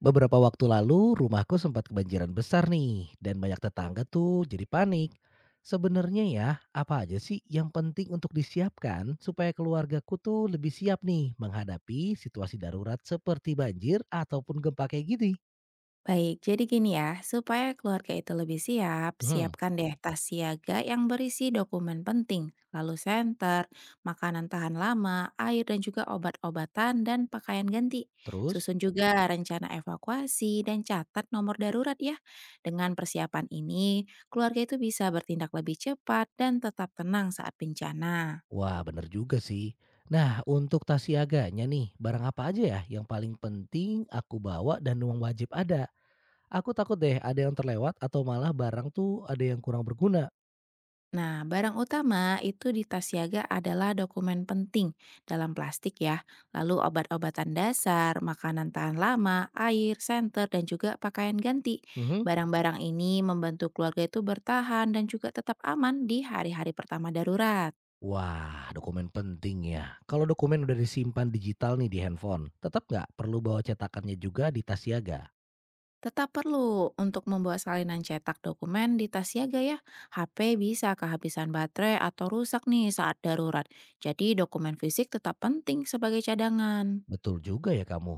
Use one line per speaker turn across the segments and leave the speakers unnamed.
Beberapa waktu lalu rumahku sempat kebanjiran besar nih dan banyak tetangga tuh jadi panik. Sebenarnya ya, apa aja sih yang penting untuk disiapkan supaya keluargaku tuh lebih siap nih menghadapi situasi darurat seperti banjir ataupun gempa kayak gini?
Baik, jadi gini ya, supaya keluarga itu lebih siap,
Hmm,
siapkan deh tas siaga yang berisi dokumen penting, lalu senter, makanan tahan lama, air dan juga obat-obatan dan pakaian ganti.
terus?
Susun juga rencana evakuasi dan catat nomor darurat ya. Dengan persiapan ini, keluarga itu bisa bertindak lebih cepat dan tetap tenang saat bencana.
Wah, bener juga sih. Nah, untuk tas siaganya nih, barang apa aja ya yang paling penting aku bawa dan uang wajib ada? Aku takut deh ada yang terlewat atau malah barang tuh ada yang kurang berguna.
Nah, barang utama itu di tas siaga adalah dokumen penting dalam plastik ya. Lalu obat-obatan dasar, makanan tahan lama, air, senter, dan juga pakaian ganti.
Mhm.
Barang-barang ini membantu keluarga itu bertahan dan juga tetap aman di hari-hari pertama darurat.
Wah, dokumen penting ya. Kalau dokumen udah disimpan digital nih di handphone, tetap nggak perlu bawa cetakannya juga di tas siaga?
Tetap perlu untuk membawa salinan cetak dokumen di tas siaga ya. HP bisa kehabisan baterai atau rusak nih saat darurat. Jadi dokumen fisik tetap penting sebagai cadangan.
Betul juga ya kamu.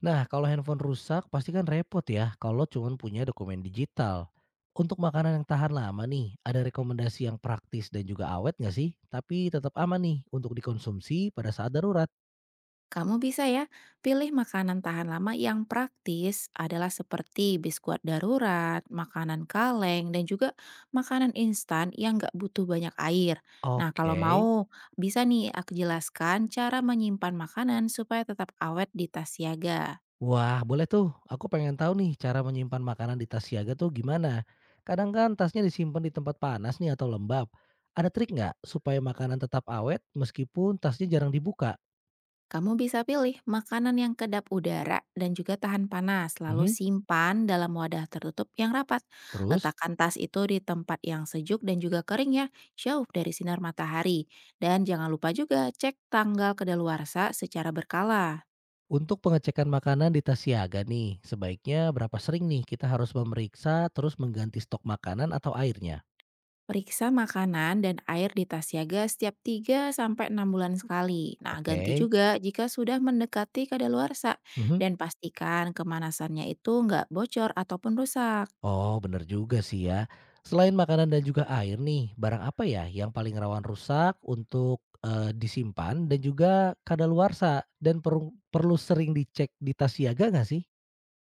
Nah, kalau handphone rusak pasti kan repot ya kalau cuman punya dokumen digital. Untuk makanan yang tahan lama nih, ada rekomendasi yang praktis dan juga awet nggak sih? Tapi tetap aman nih untuk dikonsumsi pada saat darurat.
Kamu bisa ya pilih makanan tahan lama yang praktis adalah seperti biskuit darurat, makanan kaleng, dan juga makanan instan yang nggak butuh banyak air. Nah
Oke.
kalau mau bisa nih aku jelaskan cara menyimpan makanan supaya tetap awet di tas siaga.
Wah, boleh tuh. Aku pengen tahu nih cara menyimpan makanan di tas siaga tuh gimana. Kadang kan tasnya disimpan di tempat panas nih atau lembab. Ada trik nggak supaya makanan tetap awet meskipun tasnya jarang dibuka?
Kamu bisa pilih makanan yang kedap udara dan juga tahan panas, lalu
Mhm.
simpan dalam wadah tertutup yang rapat.
Terus,
Letakkan tas itu di tempat yang sejuk dan juga kering ya, jauh dari sinar matahari. Dan jangan lupa juga cek tanggal kedaluarsa secara berkala.
untuk pengecekan makanan di tas siaga nih, sebaiknya berapa sering nih kita harus memeriksa terus mengganti stok makanan atau airnya?
Periksa makanan dan air di tas siaga setiap 3 sampai 6 bulan sekali. Nah, ganti
Oke.
juga jika sudah mendekati kedaluarsa.
Mhm.
Dan pastikan kemanasannya itu nggak bocor ataupun rusak.
Oh, bener juga sih ya. Selain makanan dan juga air nih, barang apa ya yang paling rawan rusak untuk disimpan dan juga kadaluarsa dan perlu perlu sering dicek di tas siaga nggak sih?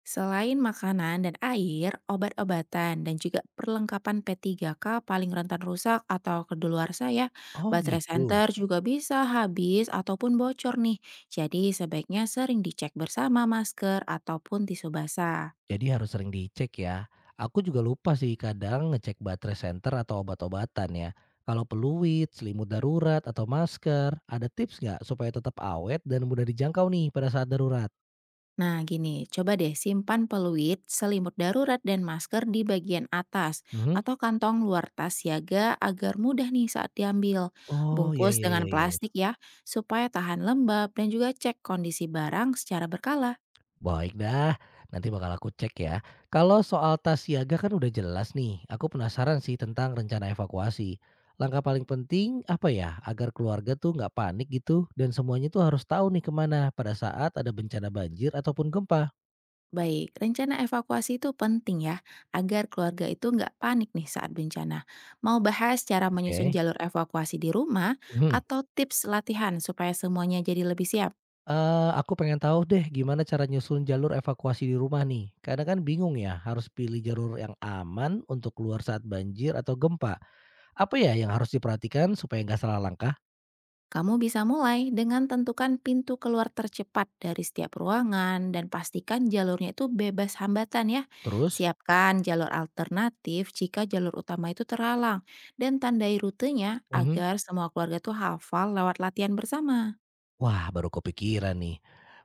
Selain makanan dan air, obat-obatan dan juga perlengkapan P3K paling rentan rusak atau kedaluarsa ya.
Oh
Baterai
gitu.
senter juga bisa habis ataupun bocor nih. Jadi sebaiknya sering dicek bersama masker ataupun tisu basah.
Jadi harus sering dicek ya. Aku juga lupa sih kadang ngecek baterai center atau obat-obatan ya. Kalau peluit, selimut darurat, atau masker, ada tips nggak supaya tetap awet dan mudah dijangkau nih pada saat darurat?
Nah, gini, coba deh simpan peluit, selimut darurat, dan masker di bagian atas
Mhm.
atau kantong luar tas siaga agar mudah nih saat diambil.
Oh, iya
Bungkus
iya
dengan
iya iya.
plastik ya, supaya tahan lembab dan juga cek kondisi barang secara berkala.
Baik dah, nanti bakal aku cek ya. Kalau soal tas siaga kan udah jelas nih. Aku penasaran sih tentang rencana evakuasi. Langkah paling penting apa ya agar keluarga tuh nggak panik gitu dan semuanya tuh harus tahu nih kemana pada saat ada bencana banjir ataupun gempa.
Baik, rencana evakuasi itu penting ya, agar keluarga itu nggak panik nih saat bencana. Mau bahas cara menyusun
Oke.
jalur evakuasi di rumah
Hmm.
atau tips latihan supaya semuanya jadi lebih siap?
Aku pengen tahu deh gimana cara nyusun jalur evakuasi di rumah nih. Kadang kan bingung ya harus pilih jalur yang aman untuk keluar saat banjir atau gempa. Apa ya yang harus diperhatikan supaya nggak salah langkah?
Kamu bisa mulai dengan tentukan pintu keluar tercepat dari setiap ruangan dan pastikan jalurnya itu bebas hambatan ya.
Terus?
Siapkan jalur alternatif jika jalur utama itu terhalang dan tandai rutenya agar semua keluarga tuh hafal lewat latihan bersama.
Wah, baru kepikiran nih.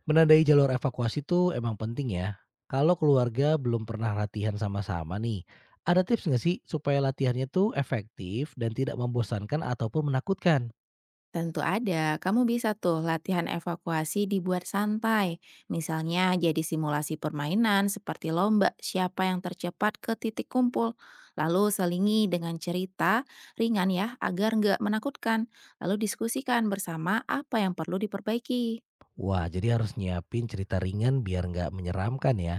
Menandai jalur evakuasi tuh emang penting ya. Kalau keluarga belum pernah latihan sama-sama nih, ada tips nggak sih supaya latihannya tuh efektif dan tidak membosankan ataupun menakutkan?
Tentu ada, kamu bisa tuh latihan evakuasi dibuat santai. Misalnya jadi simulasi permainan seperti lomba siapa yang tercepat ke titik kumpul. Lalu selingi dengan cerita ringan ya agar nggak menakutkan. Lalu diskusikan bersama apa yang perlu diperbaiki.
Wah, jadi harus nyiapin cerita ringan biar nggak menyeramkan ya.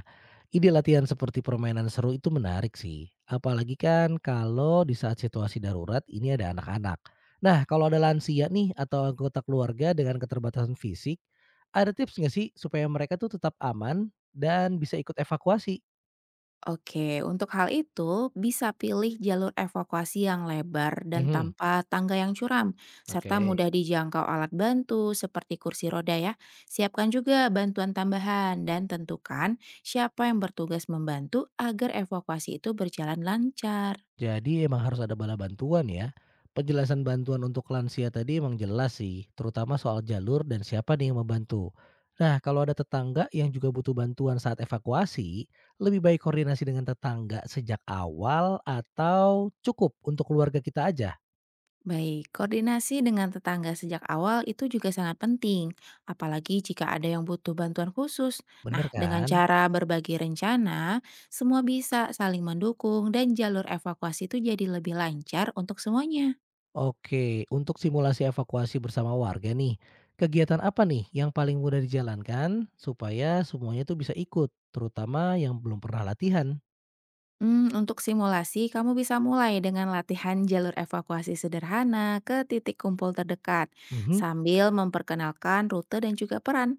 Ide latihan seperti permainan seru itu menarik sih. Apalagi kan kalau di saat situasi darurat ini ada anak-anak. Nah, kalau ada lansia nih atau anggota keluarga dengan keterbatasan fisik, ada tips nggak sih supaya mereka tuh tetap aman dan bisa ikut evakuasi?
Oke, untuk hal itu bisa pilih jalur evakuasi yang lebar dan
Mhm.
tanpa tangga yang curam,
Oke.
serta mudah dijangkau alat bantu seperti kursi roda ya. Siapkan juga bantuan tambahan dan tentukan siapa yang bertugas membantu agar evakuasi itu berjalan lancar.
Jadi emang harus ada bala bantuan ya. Penjelasan bantuan untuk lansia tadi emang jelas sih, terutama soal jalur dan siapa nih yang membantu. Nah, kalau ada tetangga yang juga butuh bantuan saat evakuasi, lebih baik koordinasi dengan tetangga sejak awal atau cukup untuk keluarga kita aja.
Baik, koordinasi dengan tetangga sejak awal itu juga sangat penting, apalagi jika ada yang butuh bantuan khusus. Nah,
Bener
dengan
kan?
cara berbagi rencana, semua bisa saling mendukung dan jalur evakuasi itu jadi lebih lancar untuk semuanya.
Oke, untuk simulasi evakuasi bersama warga nih, kegiatan apa nih yang paling mudah dijalankan supaya semuanya tuh bisa ikut, terutama yang belum pernah latihan?
Untuk simulasi, kamu bisa mulai dengan latihan jalur evakuasi sederhana ke titik kumpul terdekat,
Mhm.
sambil memperkenalkan rute dan juga peran.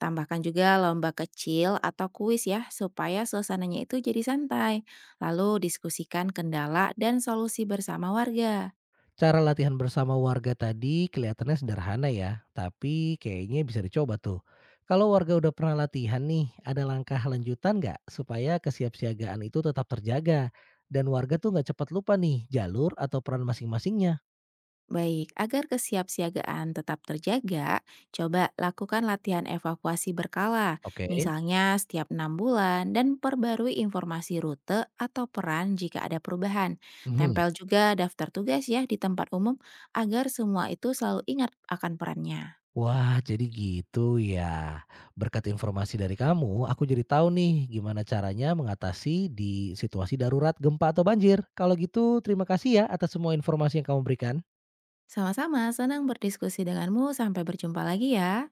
Tambahkan juga lomba kecil atau kuis ya, supaya suasananya itu jadi santai. Lalu diskusikan kendala dan solusi bersama warga.
Cara latihan bersama warga tadi kelihatannya sederhana ya, tapi kayaknya bisa dicoba tuh. Kalau warga udah pernah latihan nih, ada langkah lanjutan nggak supaya kesiapsiagaan itu tetap terjaga dan warga tuh nggak cepat lupa nih jalur atau peran masing-masingnya?
Baik, agar kesiapsiagaan tetap terjaga, coba lakukan latihan evakuasi berkala,
Oke.
misalnya setiap 6 bulan, dan perbarui informasi rute atau peran jika ada perubahan.
Mhm.
Tempel juga daftar tugas ya di tempat umum agar semua itu selalu ingat akan perannya.
Wah, jadi gitu ya. Berkat informasi dari kamu, aku jadi tahu nih gimana caranya mengatasi di situasi darurat gempa atau banjir. Kalau gitu, terima kasih ya atas semua informasi yang kamu berikan.
Sama-sama, senang berdiskusi denganmu. Sampai berjumpa lagi ya.